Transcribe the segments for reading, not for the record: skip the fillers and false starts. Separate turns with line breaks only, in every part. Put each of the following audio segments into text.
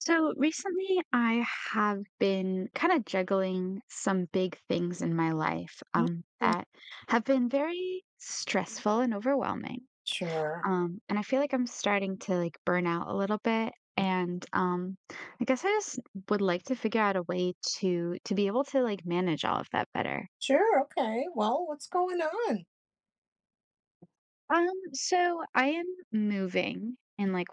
So recently, I have been kind of juggling some big things in my life,
Mm. uh,
that have been very stressful and overwhelming.
Sure.
And I feel like I'm starting to like burn out a little bit. And I guess I just would like to figure out a way to be able to like manage all of that better.
Sure. Okay. Well, what's going on?
So I am moving in like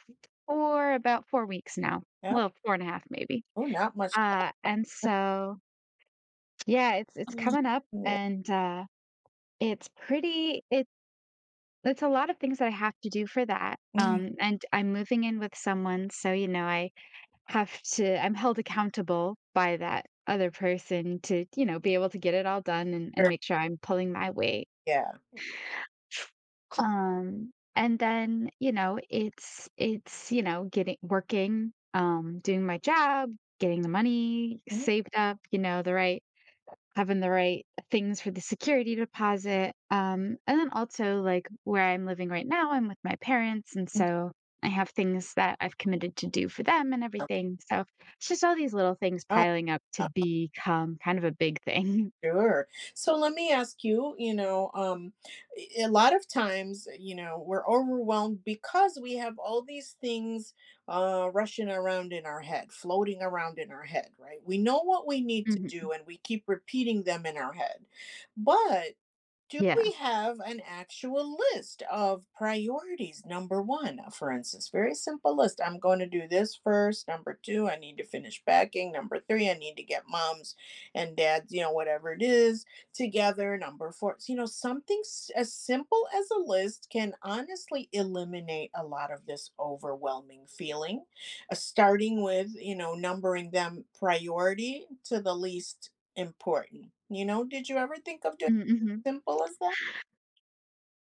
four about 4 weeks now.
Yeah.
Well, four and a half maybe.
Oh, not much.
And so Yeah, it's
Mm.
coming up
Yeah.
and, it's pretty it it's a lot of things that I have to do for that,
mm,
and I'm moving in with someone, so, you know, I have to I'm held accountable by that other person to, you know, be able to get it all done and
Sure.
make sure I'm pulling my weight.
Yeah, yeah.
And then, you know, getting working, doing my job, getting the money
Mm.
saved up, you know, the right having the right things for the security deposit. And then also, like where I'm living right now, I'm with my parents. And
Mm.
so I have things that I've committed to do for them and everything. So it's just all these little things
uh,
piling up to
uh,
become kind of a big thing.
Sure. So let me ask you, a lot of times, you know, we're overwhelmed because we have all these things rushing around in our head, floating around in our head, right? We know what we need to
Mhm.
do and we keep repeating them in our head. But do
Yeah.
we have an actual list of priorities? Number one, for instance, very simple list. I'm going to do this first. Number two, I need to finish packing. Number three, I need to get moms and dads, you know, whatever it is together. Number four, you know, as simple as a list can honestly eliminate a lot of this overwhelming feeling. Starting with, you know, numbering them priority to the least important. You know, did you ever think of doing?
Mm-hmm.
Simple as that?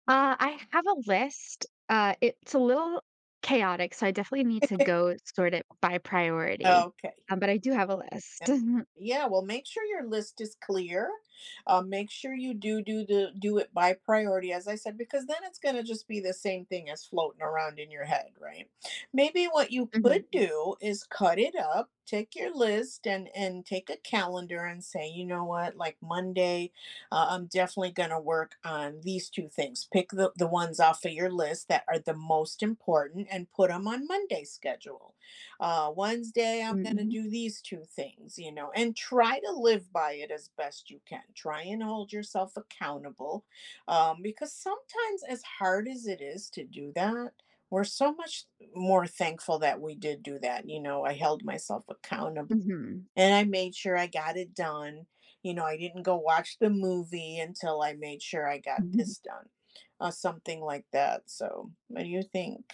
I have a list. It's a little chaotic. So I definitely need to go sort it by priority.
Okay.
But I do have a
Yeah,
list.
yeah, well, make sure your list is clear. Make sure you do it by priority, as I said, because then it's going to just be the same thing as floating around in your head, right? Maybe what you could
Mhm.
do is cut it up, take your list and take a calendar and say, you know what, like Monday, I'm definitely going to work on these two things. Pick the ones off of your list that are the most important and put them on Monday's schedule. Wednesday, I'm going to
Mhm.
do these two things, you know, and try to live by it as best you can. Try and hold yourself accountable because sometimes, as hard as it is to do that, we're so much more thankful that we did do that. You know, I held myself accountable
Mhm.
and I made sure I got it done. You know, I didn't go watch the movie until I made sure I got this done, something like that. So, what do you think?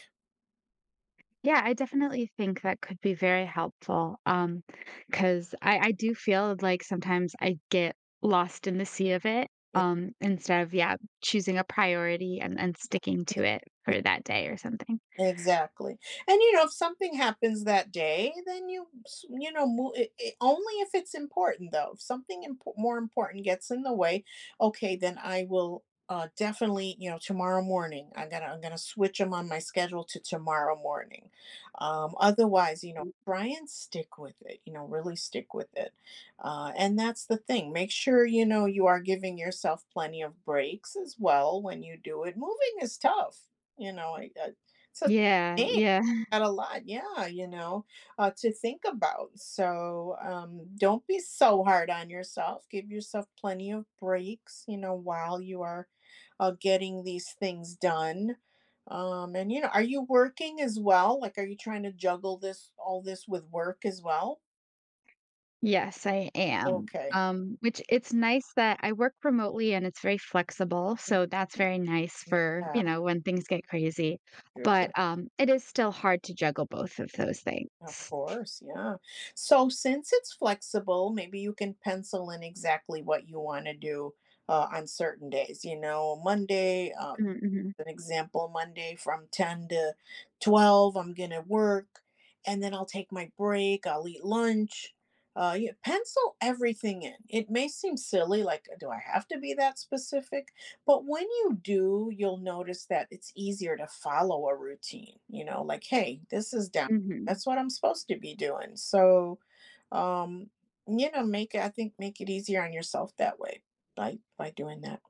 Yeah, I definitely think that could be very helpful. Because I do feel like sometimes I get lost in the sea of it,
Yeah.
instead of, yeah, choosing a priority and sticking to it for that day or something.
Exactly, and, you know, if something happens that day, then you know, move I only if it's important, though. If something impor more important gets in the way, okay, then I will, definitely, you know, tomorrow morning, I'm gonna switch them on my schedule to tomorrow morning. Otherwise, you know, try and stick with it, you know, really stick with it. And that's the thing. Make sure, you know, you are giving yourself plenty of breaks as well when you do it. Moving is tough, you know, I, it's a
Yeah,
Dang,
yeah.
got a lot, yeah, you know, to think about. So don't be so hard on yourself. Give yourself plenty of breaks, you know, while you are getting these things done. And you know, are you working as well? Like, are you trying to juggle this all this with work as well?
Yes, I am,
Okay.
which it's nice that I work remotely and it's very flexible, so that's very nice for,
Yeah.
you know, when things get crazy, but, it is still hard to juggle both of those things.
Of course, yeah. So since it's flexible, maybe you can pencil in exactly what you want to do on certain days. You know, Monday,
Mm, mhm,
an example, Monday from 10 to 12, I'm going to work and then I'll take my break, I'll eat lunch. You pencil everything in. It may seem silly, like, do I have to be that specific? But when you do, you'll notice that it's easier to follow a routine, you know, like, hey, this is down.
mhm.
That's what I'm supposed to be doing. So, um, you know, make it, I think, make it easier on yourself that way by doing that.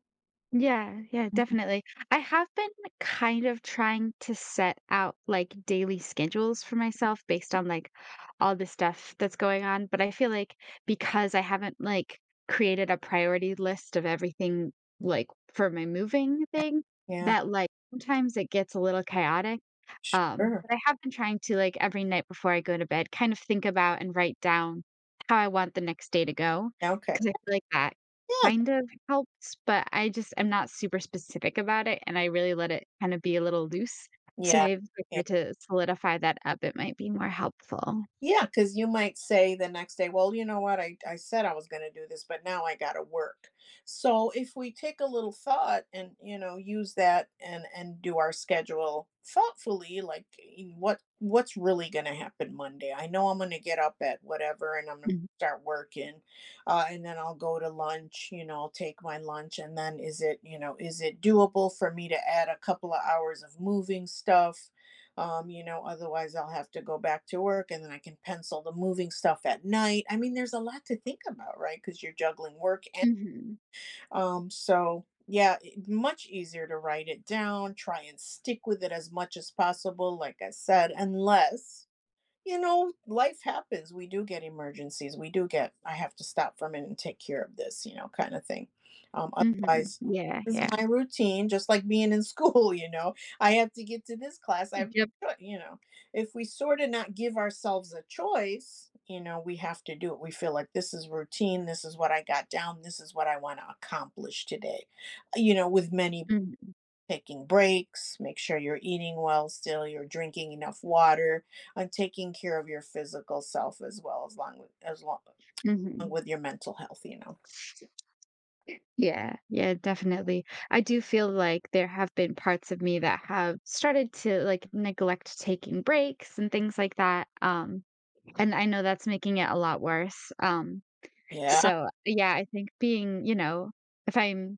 Yeah, yeah, definitely. I have been kind of trying to set out like daily schedules for myself based on like all the stuff that's going on, but I feel like because I haven't like created a priority list of everything like for my moving thing,
Yeah,
that like sometimes it gets a little chaotic. um,
sure.
but I have been trying to, like, every night before I go to bed, kind of think about and write down how I want the next day to go,
Yeah, okay.
because I feel like that kind of helps, but I just I'm not super specific about it, and I really let it kinda be a little loose. So
Yeah.
maybe if
Yeah.
I try to solidify that up, it might be more helpful.
Yeah, because you might say the next day, well, you know what? I said I was going to do this, but now I got to work. So if we take a little thought and, you know, use that and do our schedule thoughtfully, like what, what's really going to happen Monday? I know I'm going to get up at whatever and I'm going to
Mm.
start working. And then I'll go to lunch, you know, I'll take my lunch. And then is it, you know, is it doable for me to add a couple of hours of moving stuff? You know, otherwise I'll have to go back to work and then I can pencil the moving stuff at night. I mean, there's a lot to think about, right? Because you're juggling work and
Mhm.
so yeah, much easier to write it down, try and stick with it as much as possible, like I said, unless you know, life happens. We do get emergencies. We do get, I have to stop for a minute and take care of this, you know, kind of thing.
Mhm.
Otherwise,
Yeah,
this is
yeah.
my routine, just like being in school, you know, I have to get to this class. I have,
Yep.
you know, if we sort of not give ourselves a choice, you know, we have to do it. We feel like this is routine. This is what I got down. This is what I want to accomplish today, you know, with many
Mhm.
taking breaks, make sure you're eating well still, you're drinking enough water, and taking care of your physical self as well as long along
Mhm.
with your mental health, you know.
Yeah, yeah, definitely. I do feel like there have been parts of me that have started to like neglect taking breaks and things like that. And I know that's making it a lot worse. Um,
Yeah.
so yeah, I think being, you know, if I'm,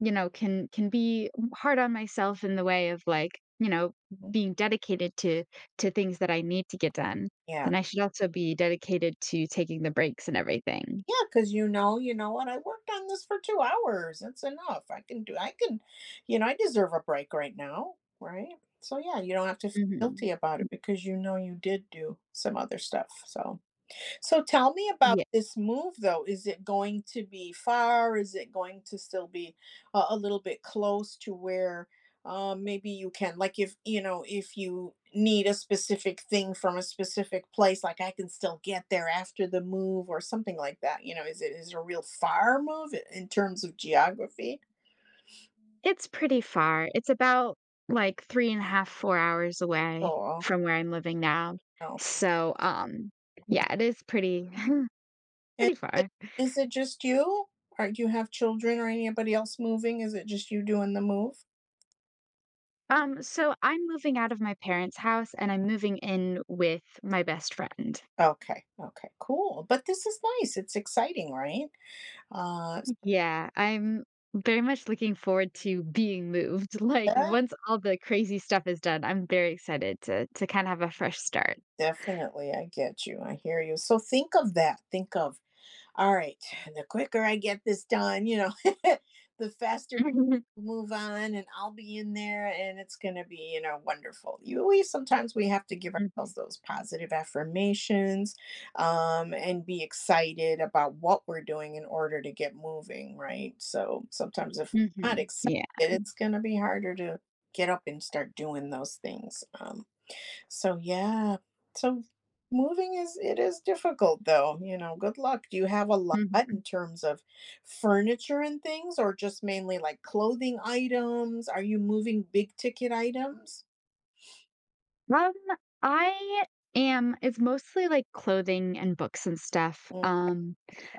you know, can be hard on myself in the way of like, you know, being dedicated to things that I need to get done,
Yeah.
then I should also be dedicated to taking the breaks and everything.
Yeah. Because you know what, I worked on this for 2 hours. That's enough. I can, you know, I deserve a break right now, right? So, yeah, you don't have to feel
Hmm.
guilty about it because you know you did do some other stuff, so. So tell me about this move, though. Is it going to be far? Is it going to still be a little bit close to where maybe you can, like, if you know, if you need a specific thing from a specific place, like I can still get there after the move or something like that. You know, is it a real far move in terms of geography?
It's pretty far. It's about like 3 and a half, 4 hours away
Oh
from where I'm living now.
no.
So, yeah, it is pretty
And
pretty far.
is it just you? Or do you have children or anybody else moving? Is it just you doing the move?
So I'm moving out of my parents' house and I'm moving in with my best friend.
Okay, okay, cool. But this is nice. It's exciting, right? Uh,
Yeah, I'm very much looking forward to being moved. Like
yeah,
once all the crazy stuff is done, I'm very excited to kind of have a fresh start.
definitely. I get you. I hear you. So think of that. Think of, all right, the quicker I get this done, you know, the faster move on and I'll be in there and it's going to be, you know, wonderful. You We sometimes we have to give ourselves those positive affirmations and be excited about what we're doing in order to get moving, right? So sometimes if we're not
Mhm.
excited,
Yeah.
it's going to be harder to get up and start doing those things. So yeah. So moving is difficult though, you know. Good luck. Do you have a lot in terms of furniture and things or just mainly like clothing items? Are you moving big ticket items?
Um, I am It's mostly, like, clothing and books and stuff.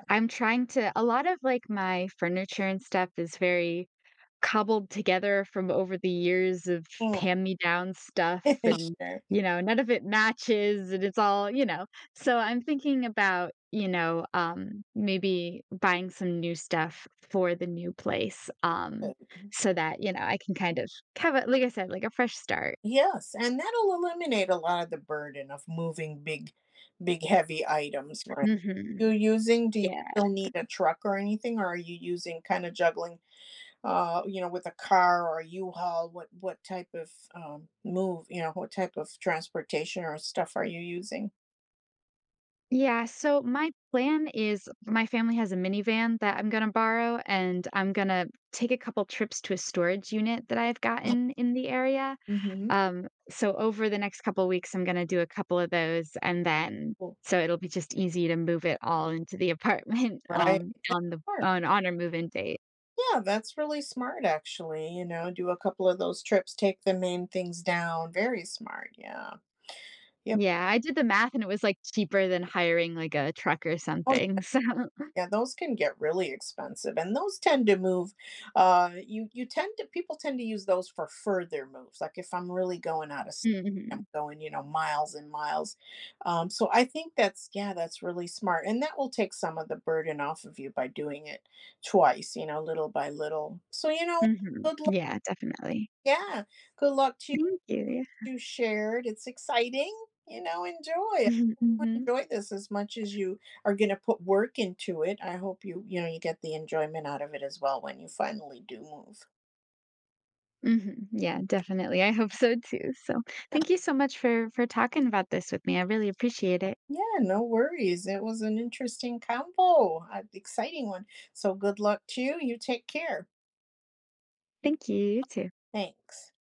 I'm trying to A lot of, like, my furniture and stuff is very cobbled together from over the years of
Mhm,
hand-me-down stuff and,
sure.
you know, none of it matches and it's all you know? So I'm thinking about, you know, maybe buying some new stuff for the new place,
Uh,
so that, you know, I can kind of have a like I said, like a fresh start.
Yes, and that'll eliminate a lot of the burden of moving big heavy items, right?
Mhm.
You using Do you
Yeah.
still need a truck or anything or are you using kind of juggling you know, with a car or a U-Haul, what type of move, you know, what type of transportation or stuff are you using?
Yeah, so my plan is my family has a minivan that I'm gonna borrow, and I'm gonna take a couple trips to a storage unit that I've gotten in the area.
Mm-hmm.
So over the next couple weeks, I'm gonna do a couple of those, and then
Cool.
so it'll be just easy to move it all into the apartment
Right. That's
on the
smart.
on our move-in date.
Yeah, that's really smart actually. You know, do a couple of those trips, take the main things down. Very smart. Yeah. Yep.
Yeah, I did the math, and it was like cheaper than hiring like a truck or
Oh,
something. So,
yeah, those can get really expensive, and those tend to move, you tend to people tend to use those for further moves, like, if I'm really going out of state, I'm
mhm,
going, you know, miles and miles, so I think that's yeah, that's really smart, and that will take some of the burden off of you by doing it twice, you know, little by little. So, you know,
mhm,
good luck,
yeah, definitely.
yeah, good luck to
Thank you. Yeah.
you shared. It's exciting, you know, enjoy it.
Mhm, mhm.
Enjoy this as much as you are going to put work into it. I hope you, you know, you get the enjoyment out of it as well when you finally do move.
Mhm. Yeah, definitely. I hope so too. So, thank you so much for talking about this with me. I really appreciate it.
Yeah, no worries. It was an interesting combo, an exciting one. So good luck to you. You take care.
Thank you. You too.
Thanks.